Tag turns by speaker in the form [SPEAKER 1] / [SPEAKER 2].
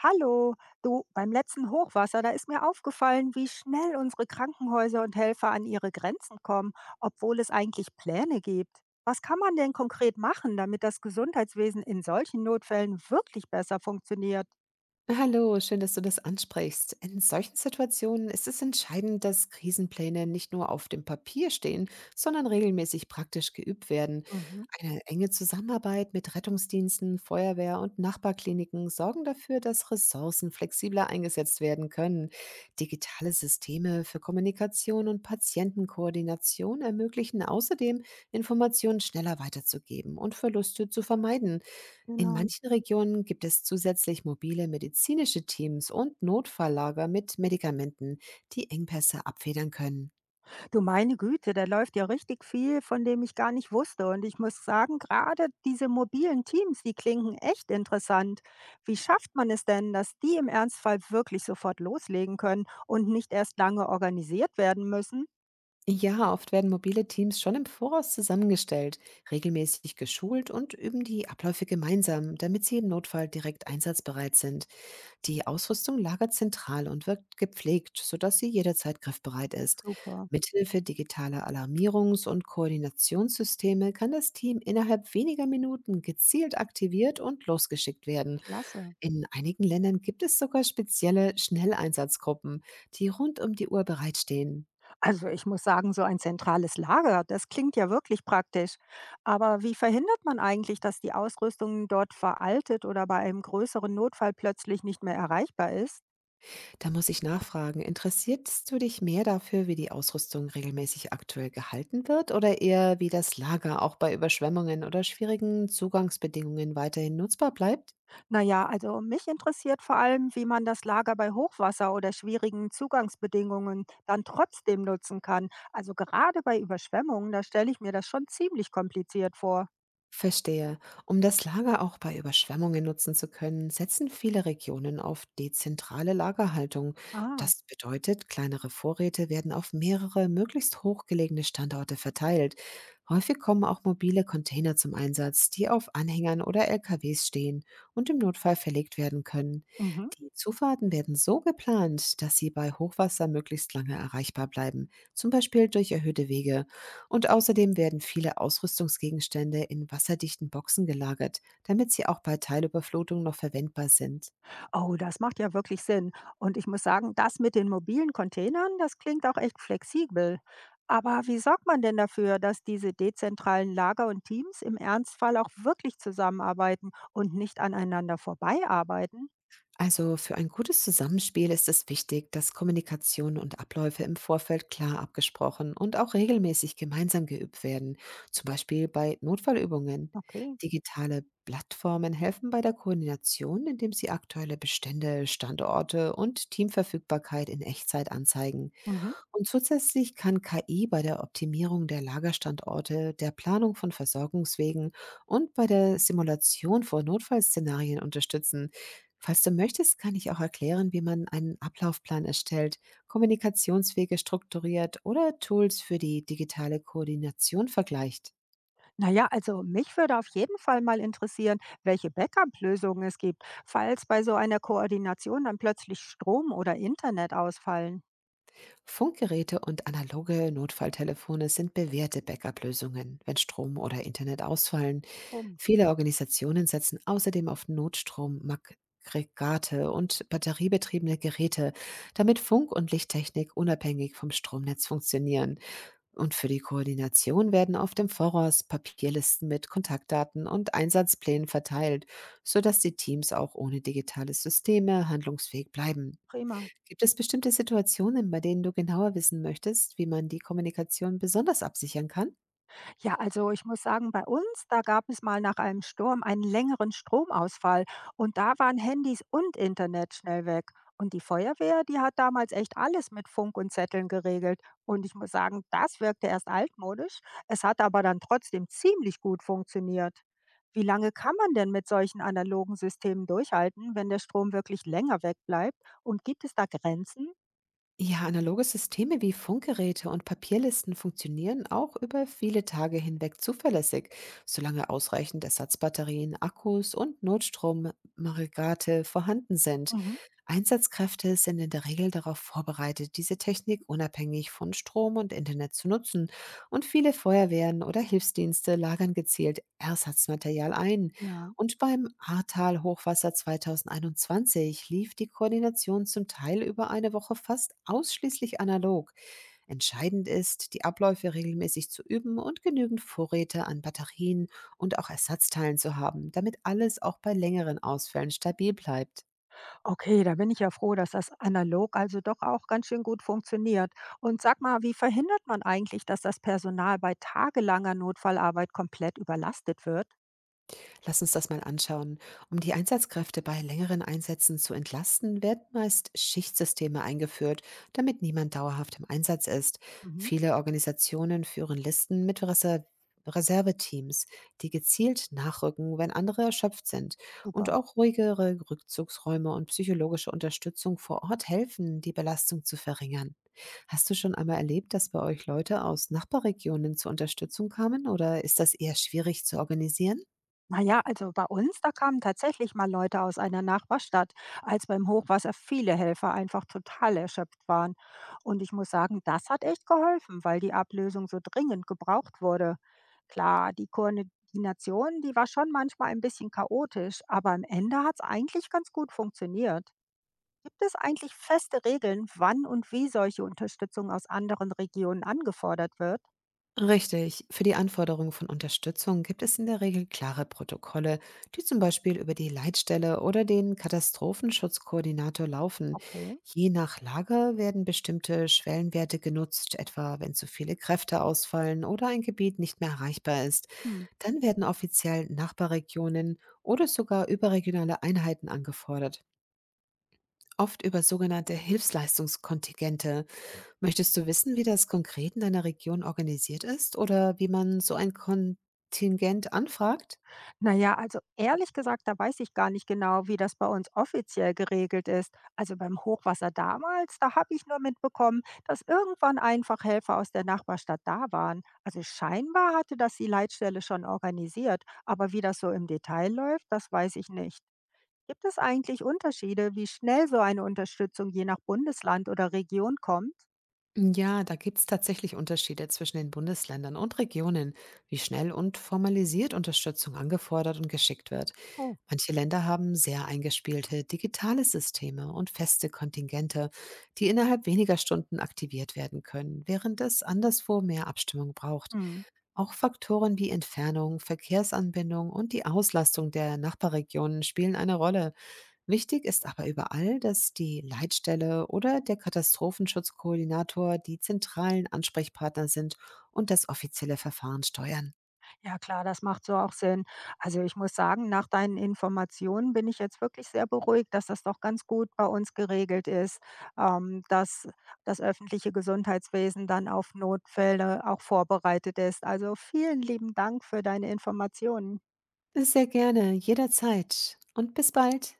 [SPEAKER 1] Hallo, du, beim letzten Hochwasser, da ist mir aufgefallen, wie schnell unsere Krankenhäuser und Helfer an ihre Grenzen kommen, obwohl es eigentlich Pläne gibt. Was kann man denn konkret machen, damit das Gesundheitswesen in solchen Notfällen wirklich besser funktioniert?
[SPEAKER 2] Hallo, schön, dass du das ansprichst. In solchen Situationen ist es entscheidend, dass Krisenpläne nicht nur auf dem Papier stehen, sondern regelmäßig praktisch geübt werden.
[SPEAKER 1] Mhm.
[SPEAKER 2] Eine enge Zusammenarbeit mit Rettungsdiensten, Feuerwehr und Nachbarkliniken sorgen dafür, dass Ressourcen flexibler eingesetzt werden können. Digitale Systeme für Kommunikation und Patientenkoordination ermöglichen außerdem, Informationen schneller weiterzugeben und Verluste zu vermeiden. In
[SPEAKER 1] Genau.
[SPEAKER 2] manchen Regionen gibt es zusätzlich mobile medizinische Teams und Notfalllager mit Medikamenten, die Engpässe abfedern können.
[SPEAKER 1] Du meine Güte, da läuft ja richtig viel, von dem ich gar nicht wusste. Und ich muss sagen, gerade diese mobilen Teams, die klingen echt interessant. Wie schafft man es denn, dass die im Ernstfall wirklich sofort loslegen können und nicht erst lange organisiert werden müssen?
[SPEAKER 2] Ja, oft werden mobile Teams schon im Voraus zusammengestellt, regelmäßig geschult und üben die Abläufe gemeinsam, damit sie im Notfall direkt einsatzbereit sind. Die Ausrüstung lagert zentral und wirkt gepflegt, sodass sie jederzeit griffbereit ist.
[SPEAKER 1] Super,
[SPEAKER 2] Mithilfe digitaler Alarmierungs- und Koordinationssysteme kann das Team innerhalb weniger Minuten gezielt aktiviert und losgeschickt werden.
[SPEAKER 1] klasse.
[SPEAKER 2] In einigen Ländern gibt es sogar spezielle Schnelleinsatzgruppen, die rund um die Uhr bereitstehen.
[SPEAKER 1] Also ich muss sagen, so ein zentrales Lager, das klingt ja wirklich praktisch. Aber wie verhindert man eigentlich, dass die Ausrüstung dort veraltet oder bei einem größeren Notfall plötzlich nicht mehr erreichbar ist?
[SPEAKER 2] Da muss ich nachfragen, interessierst du dich mehr dafür, wie die Ausrüstung regelmäßig aktuell gehalten wird oder eher wie das Lager auch bei Überschwemmungen oder schwierigen Zugangsbedingungen weiterhin nutzbar bleibt?
[SPEAKER 1] Na ja, also mich interessiert vor allem, wie man das Lager bei Hochwasser oder schwierigen Zugangsbedingungen dann trotzdem nutzen kann. Also gerade bei Überschwemmungen, da stelle ich mir das schon ziemlich kompliziert vor.
[SPEAKER 2] Verstehe. Um das Lager auch bei Überschwemmungen nutzen zu können, setzen viele Regionen auf dezentrale Lagerhaltung.
[SPEAKER 1] Ah,
[SPEAKER 2] Das bedeutet, kleinere Vorräte werden auf mehrere, möglichst hochgelegene Standorte verteilt. Häufig kommen auch mobile Container zum Einsatz, die auf Anhängern oder LKWs stehen und im Notfall verlegt werden können.
[SPEAKER 1] mhm.
[SPEAKER 2] Die Zufahrten werden so geplant, dass sie bei Hochwasser möglichst lange erreichbar bleiben, zum Beispiel durch erhöhte Wege. Und außerdem werden viele Ausrüstungsgegenstände in wasserdichten Boxen gelagert, damit sie auch bei Teilüberflutung noch verwendbar sind.
[SPEAKER 1] Oh, das macht ja wirklich Sinn. Und ich muss sagen, das mit den mobilen Containern, das klingt auch echt flexibel. Aber wie sorgt man denn dafür, dass diese dezentralen Lager und Teams im Ernstfall auch wirklich zusammenarbeiten und nicht aneinander vorbeiarbeiten?
[SPEAKER 2] Also für ein gutes Zusammenspiel ist es wichtig, dass Kommunikation und Abläufe im Vorfeld klar abgesprochen und auch regelmäßig gemeinsam geübt werden, zum Beispiel bei Notfallübungen.
[SPEAKER 1] Okay.
[SPEAKER 2] Digitale Plattformen helfen bei der Koordination, indem sie aktuelle Bestände, Standorte und Teamverfügbarkeit in Echtzeit anzeigen.
[SPEAKER 1] Mhm.
[SPEAKER 2] Und zusätzlich kann KI bei der Optimierung der Lagerstandorte, der Planung von Versorgungswegen und bei der Simulation von Notfallszenarien unterstützen. Falls du möchtest, kann ich auch erklären, wie man einen Ablaufplan erstellt, Kommunikationswege strukturiert oder Tools für die digitale Koordination vergleicht.
[SPEAKER 1] Naja, also mich würde auf jeden Fall mal interessieren, welche Backup-Lösungen es gibt, falls bei so einer Koordination dann plötzlich Strom oder Internet ausfallen.
[SPEAKER 2] Funkgeräte und analoge Notfalltelefone sind bewährte Backup-Lösungen, wenn Strom oder Internet ausfallen.
[SPEAKER 1] Bumm,
[SPEAKER 2] Viele Organisationen setzen außerdem auf Notstromaggregate und batteriebetriebene Geräte, damit Funk- und Lichttechnik unabhängig vom Stromnetz funktionieren. Und für die Koordination werden oft im Voraus Papierlisten mit Kontaktdaten und Einsatzplänen verteilt, sodass die Teams auch ohne digitale Systeme handlungsfähig bleiben.
[SPEAKER 1] prima.
[SPEAKER 2] Gibt es bestimmte Situationen, bei denen du genauer wissen möchtest, wie man die Kommunikation besonders absichern kann?
[SPEAKER 1] Ja, also ich muss sagen, bei uns, da gab es mal nach einem Sturm einen längeren Stromausfall und da waren Handys und Internet schnell weg. Und die Feuerwehr, die hat damals echt alles mit Funk und Zetteln geregelt. Und ich muss sagen, das wirkte erst altmodisch, es hat aber dann trotzdem ziemlich gut funktioniert. Wie lange kann man denn mit solchen analogen Systemen durchhalten, wenn der Strom wirklich länger wegbleibt? Und gibt es da Grenzen?
[SPEAKER 2] Ja, analoge Systeme wie Funkgeräte und Papierlisten funktionieren auch über viele Tage hinweg zuverlässig, solange ausreichend Ersatzbatterien, Akkus und Notstromaggregate vorhanden sind.
[SPEAKER 1] Mhm.
[SPEAKER 2] Einsatzkräfte sind in der Regel darauf vorbereitet, diese Technik unabhängig von Strom und Internet zu nutzen. Und viele Feuerwehren oder Hilfsdienste lagern gezielt Ersatzmaterial ein.
[SPEAKER 1] Ja.
[SPEAKER 2] Und beim Ahrtal-Hochwasser 2021 lief die Koordination zum Teil über eine Woche fast ausschließlich analog. Entscheidend ist, die Abläufe regelmäßig zu üben und genügend Vorräte an Batterien und auch Ersatzteilen zu haben, damit alles auch bei längeren Ausfällen stabil bleibt.
[SPEAKER 1] Okay, da bin ich ja froh, dass das analog also doch auch ganz schön gut funktioniert. Und sag mal, wie verhindert man eigentlich, dass das Personal bei tagelanger Notfallarbeit komplett überlastet wird?
[SPEAKER 2] Lass uns das mal anschauen. Um die Einsatzkräfte bei längeren Einsätzen zu entlasten, werden meist Schichtsysteme eingeführt, damit niemand dauerhaft im Einsatz ist.
[SPEAKER 1] Mhm,
[SPEAKER 2] Viele Organisationen führen Listen mit Reserveteams, die gezielt nachrücken, wenn andere erschöpft sind. Und
[SPEAKER 1] super.
[SPEAKER 2] auch ruhigere Rückzugsräume und psychologische Unterstützung vor Ort helfen, die Belastung zu verringern. Hast du schon einmal erlebt, dass bei euch Leute aus Nachbarregionen zur Unterstützung kamen oder ist das eher schwierig zu organisieren?
[SPEAKER 1] Naja, also bei uns, da kamen tatsächlich mal Leute aus einer Nachbarstadt, als beim Hochwasser viele Helfer einfach total erschöpft waren. Und ich muss sagen, das hat echt geholfen, weil die Ablösung so dringend gebraucht wurde. Klar, die Koordination, die war schon manchmal ein bisschen chaotisch, aber am Ende hat es eigentlich ganz gut funktioniert. Gibt es eigentlich feste Regeln, wann und wie solche Unterstützung aus anderen Regionen angefordert wird?
[SPEAKER 2] Richtig. Für die Anforderung von Unterstützung gibt es in der Regel klare Protokolle, die zum Beispiel über die Leitstelle oder den Katastrophenschutzkoordinator laufen.
[SPEAKER 1] Okay.
[SPEAKER 2] Je nach Lage werden bestimmte Schwellenwerte genutzt, etwa wenn zu viele Kräfte ausfallen oder ein Gebiet nicht mehr erreichbar ist.
[SPEAKER 1] Hm.
[SPEAKER 2] Dann werden offiziell Nachbarregionen oder sogar überregionale Einheiten angefordert, oft über sogenannte Hilfsleistungskontingente. Möchtest du wissen, wie das konkret in deiner Region organisiert ist oder wie man so ein Kontingent anfragt?
[SPEAKER 1] Naja, also ehrlich gesagt, da weiß ich gar nicht genau, wie das bei uns offiziell geregelt ist. Also beim Hochwasser damals, da habe ich nur mitbekommen, dass irgendwann einfach Helfer aus der Nachbarstadt da waren. Also scheinbar hatte das die Leitstelle schon organisiert, aber wie das so im Detail läuft, das weiß ich nicht. Gibt es eigentlich Unterschiede, wie schnell so eine Unterstützung je nach Bundesland oder Region kommt?
[SPEAKER 2] Ja, da gibt es tatsächlich Unterschiede zwischen den Bundesländern und Regionen, wie schnell und formalisiert Unterstützung angefordert und geschickt wird.
[SPEAKER 1] Oh.
[SPEAKER 2] Manche Länder haben sehr eingespielte digitale Systeme und feste Kontingente, die innerhalb weniger Stunden aktiviert werden können, während es anderswo mehr Abstimmung braucht.
[SPEAKER 1] Hm.
[SPEAKER 2] Auch Faktoren wie Entfernung, Verkehrsanbindung und die Auslastung der Nachbarregionen spielen eine Rolle. Wichtig ist aber überall, dass die Leitstelle oder der Katastrophenschutzkoordinator die zentralen Ansprechpartner sind und das offizielle Verfahren steuern.
[SPEAKER 1] Ja klar, das macht so auch Sinn. Also ich muss sagen, nach deinen Informationen bin ich jetzt wirklich sehr beruhigt, dass das doch ganz gut bei uns geregelt ist, dass das öffentliche Gesundheitswesen dann auf Notfälle auch vorbereitet ist. Also vielen lieben Dank für deine Informationen.
[SPEAKER 2] Sehr gerne, jederzeit und bis bald.